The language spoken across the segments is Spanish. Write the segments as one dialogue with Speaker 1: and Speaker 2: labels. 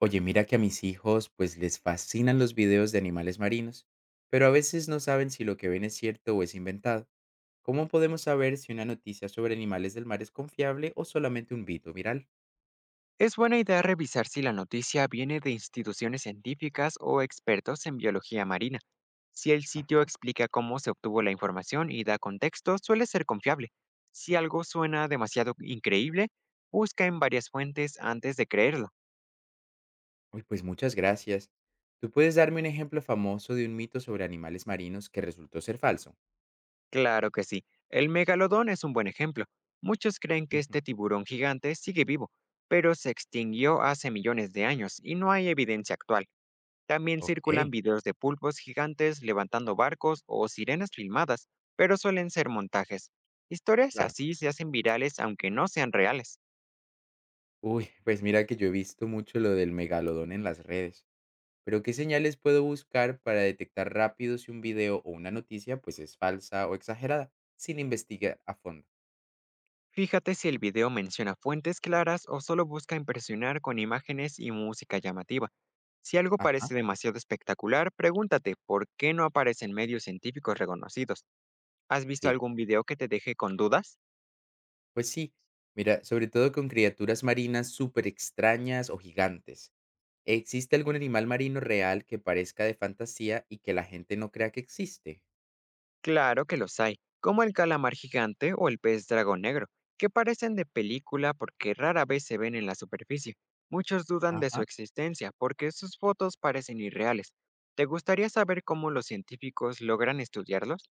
Speaker 1: Oye, mira que a mis hijos pues les fascinan los videos de animales marinos, pero a veces no saben si lo que ven es cierto o es inventado. ¿Cómo podemos saber si una noticia sobre animales del mar es confiable o solamente un mito viral?
Speaker 2: Es buena idea revisar si la noticia viene de instituciones científicas o expertos en biología marina. Si el sitio
Speaker 1: Ah.
Speaker 2: explica cómo se obtuvo la información y da contexto, suele ser confiable. Si algo suena demasiado increíble, busca en varias fuentes antes de creerlo.
Speaker 1: Uy, pues muchas gracias. ¿Tú puedes darme un ejemplo famoso de un mito sobre animales marinos que resultó ser falso?
Speaker 2: Claro que sí, el megalodón es un buen ejemplo. Muchos creen que
Speaker 1: Ujú.
Speaker 2: este tiburón gigante sigue vivo, pero se extinguió hace millones de años y no hay evidencia actual. También circulan
Speaker 1: Ok,
Speaker 2: videos de pulpos gigantes levantando barcos o sirenas filmadas, pero suelen ser montajes. Historias
Speaker 1: claro.
Speaker 2: así se hacen virales aunque no sean reales.
Speaker 1: Uy, pues mira que yo he visto mucho lo del megalodón en las redes. Pero ¿qué señales puedo buscar para detectar rápido si un video o una noticia pues es falsa o exagerada sin investigar a fondo?
Speaker 2: Fíjate si el video menciona fuentes claras o solo busca impresionar con imágenes y música llamativa. Si algo
Speaker 1: Ajá,
Speaker 2: parece demasiado espectacular, pregúntate por qué no aparece en medios científicos reconocidos. ¿Has visto
Speaker 1: sí,
Speaker 2: algún video que te deje con dudas?
Speaker 1: pues sí. Mira, sobre todo con criaturas marinas súper extrañas o gigantes. ¿Existe algún animal marino real que parezca de fantasía y que la gente no crea que existe?
Speaker 2: Claro que los hay, como el calamar gigante o el pez dragón negro, que parecen de película porque rara vez se ven en la superficie. Muchos dudan de su
Speaker 1: Ajá,
Speaker 2: existencia porque sus fotos parecen irreales. ¿Te gustaría saber cómo los científicos logran estudiarlos?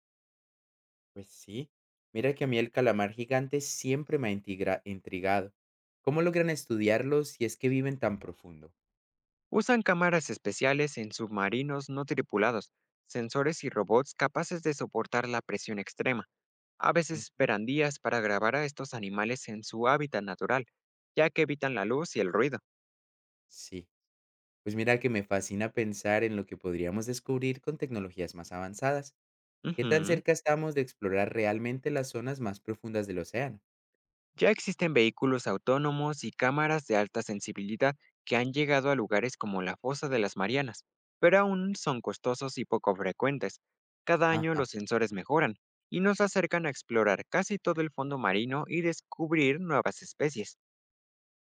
Speaker 1: pues sí. Mira que a mí el calamar gigante siempre me ha intrigado. ¿Cómo logran estudiarlos si es que viven tan profundo?
Speaker 2: Usan cámaras especiales en submarinos no tripulados, sensores y robots capaces de soportar la presión extrema. A veces
Speaker 1: Ujú.
Speaker 2: esperan días para grabar a estos animales en su hábitat natural, ya que evitan la luz y el ruido.
Speaker 1: Sí. Pues mira que me fascina pensar en lo que podríamos descubrir con tecnologías más avanzadas. ¿Qué tan
Speaker 2: Ujú.
Speaker 1: cerca estamos de explorar realmente las zonas más profundas del océano?
Speaker 2: Ya existen vehículos autónomos y cámaras de alta sensibilidad que han llegado a lugares como la Fosa de las Marianas, pero aún son costosos y poco frecuentes. Cada año
Speaker 1: Ajá,
Speaker 2: los sensores mejoran y nos acercan a explorar casi todo el fondo marino y descubrir nuevas especies.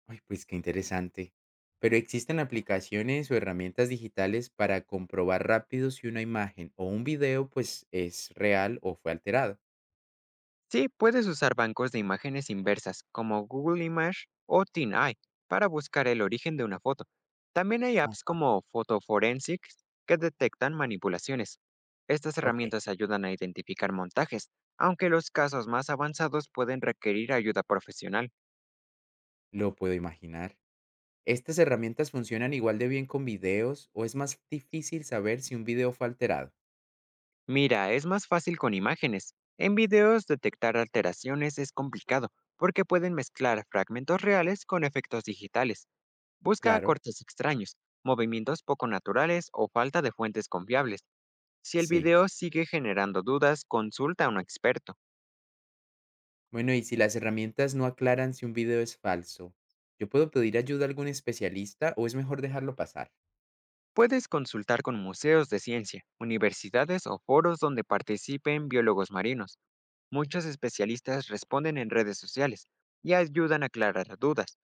Speaker 1: ay, pues qué interesante. Pero existen aplicaciones o herramientas digitales para comprobar rápido si una imagen o un video pues es real o fue alterado.
Speaker 2: Sí, puedes usar bancos de imágenes inversas como Google Image o TinEye para buscar el origen de una foto. También hay apps
Speaker 1: Ajá.
Speaker 2: como Photoforensics que detectan manipulaciones. Estas
Speaker 1: Ok,
Speaker 2: herramientas ayudan a identificar montajes, aunque los casos más avanzados pueden requerir ayuda profesional.
Speaker 1: lo puedo imaginar. ¿Estas herramientas funcionan igual de bien con videos o es más difícil saber si un video fue alterado?
Speaker 2: Mira, es más fácil con imágenes. En videos detectar alteraciones es complicado porque pueden mezclar fragmentos reales con efectos digitales. Busca
Speaker 1: Claro,
Speaker 2: acortes extraños, movimientos poco naturales o falta de fuentes confiables. Si el
Speaker 1: sí.
Speaker 2: video sigue generando dudas, consulta a un experto.
Speaker 1: Bueno, y si las herramientas no aclaran si un video es falso, ¿yo puedo pedir ayuda a algún especialista o es mejor dejarlo pasar?
Speaker 2: Puedes consultar con museos de ciencia, universidades o foros donde participen biólogos marinos. Muchos especialistas responden en redes sociales y ayudan a aclarar dudas.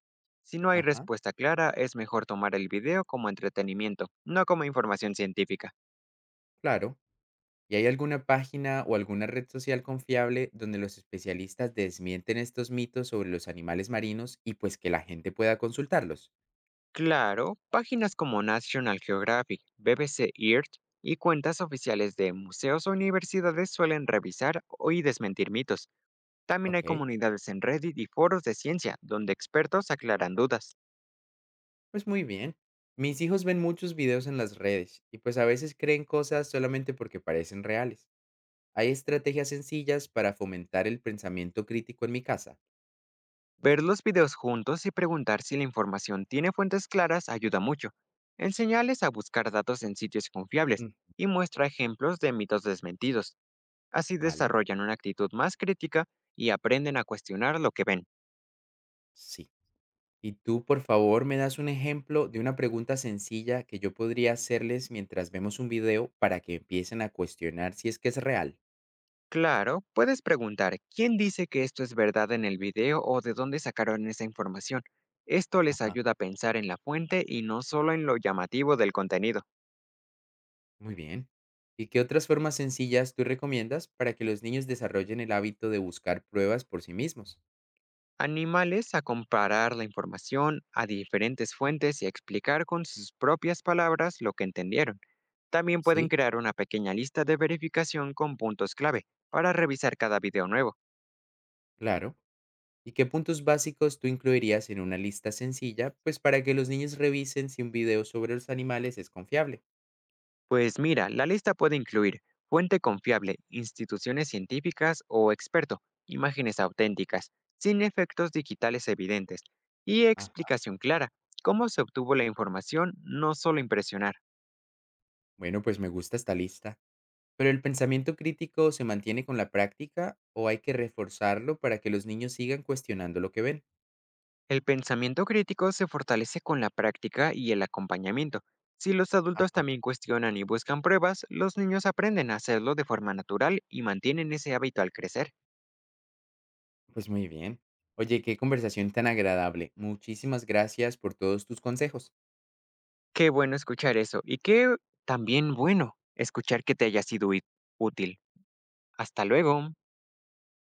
Speaker 2: Si no hay
Speaker 1: Ajá,
Speaker 2: respuesta clara, es mejor tomar el video como entretenimiento, no como información científica.
Speaker 1: claro. ¿Y hay alguna página o alguna red social confiable donde los especialistas desmienten estos mitos sobre los animales marinos y pues que la gente pueda consultarlos?
Speaker 2: Claro, páginas como National Geographic, BBC Earth y cuentas oficiales de museos o universidades suelen revisar y desmentir mitos. También hay
Speaker 1: Ok,
Speaker 2: comunidades en Reddit y foros de ciencia donde expertos aclaran dudas.
Speaker 1: pues muy bien. Mis hijos ven muchos videos en las redes y pues a veces creen cosas solamente porque parecen reales. ¿Hay estrategias sencillas para fomentar el pensamiento crítico en mi casa?
Speaker 2: Ver los videos juntos y preguntar si la información tiene fuentes claras ayuda mucho. Enseñales a buscar datos en sitios confiables
Speaker 1: Mm,
Speaker 2: y muestra ejemplos de mitos desmentidos. Así
Speaker 1: vale,
Speaker 2: desarrollan una actitud más crítica y aprenden a cuestionar lo que ven.
Speaker 1: sí. Y tú, por favor, me das un ejemplo de una pregunta sencilla que yo podría hacerles mientras vemos un video para que empiecen a cuestionar si es que es real.
Speaker 2: Claro, puedes preguntar quién dice que esto es verdad en el video o de dónde sacaron esa información. Esto les
Speaker 1: Ajá.
Speaker 2: ayuda a pensar en la fuente y no solo en lo llamativo del contenido.
Speaker 1: Muy bien. ¿Y qué otras formas sencillas tú recomiendas para que los niños desarrollen el hábito de buscar pruebas por sí mismos?
Speaker 2: Animales a comparar la información a diferentes fuentes y a explicar con sus propias palabras lo que entendieron. También pueden
Speaker 1: Sí.
Speaker 2: crear una pequeña lista de verificación con puntos clave para revisar cada video nuevo.
Speaker 1: Claro. ¿Y qué puntos básicos tú incluirías en una lista sencilla, pues para que los niños revisen si un video sobre los animales es confiable?
Speaker 2: Pues mira, la lista puede incluir fuente confiable, instituciones científicas o experto, imágenes auténticas, sin efectos digitales evidentes y
Speaker 1: Ah.
Speaker 2: explicación clara, cómo se obtuvo la información, no solo impresionar.
Speaker 1: Bueno, pues me gusta esta lista. ¿Pero el pensamiento crítico se mantiene con la práctica o hay que reforzarlo para que los niños sigan cuestionando lo que ven?
Speaker 2: El pensamiento crítico se fortalece con la práctica y el acompañamiento. Si los adultos
Speaker 1: Ajá,
Speaker 2: también cuestionan y buscan pruebas, los niños aprenden a hacerlo de forma natural y mantienen ese hábito al crecer.
Speaker 1: pues muy bien. Oye, qué conversación tan agradable. Muchísimas gracias por todos tus consejos.
Speaker 2: Qué bueno escuchar eso, y qué también bueno escuchar que te haya sido útil. Hasta luego.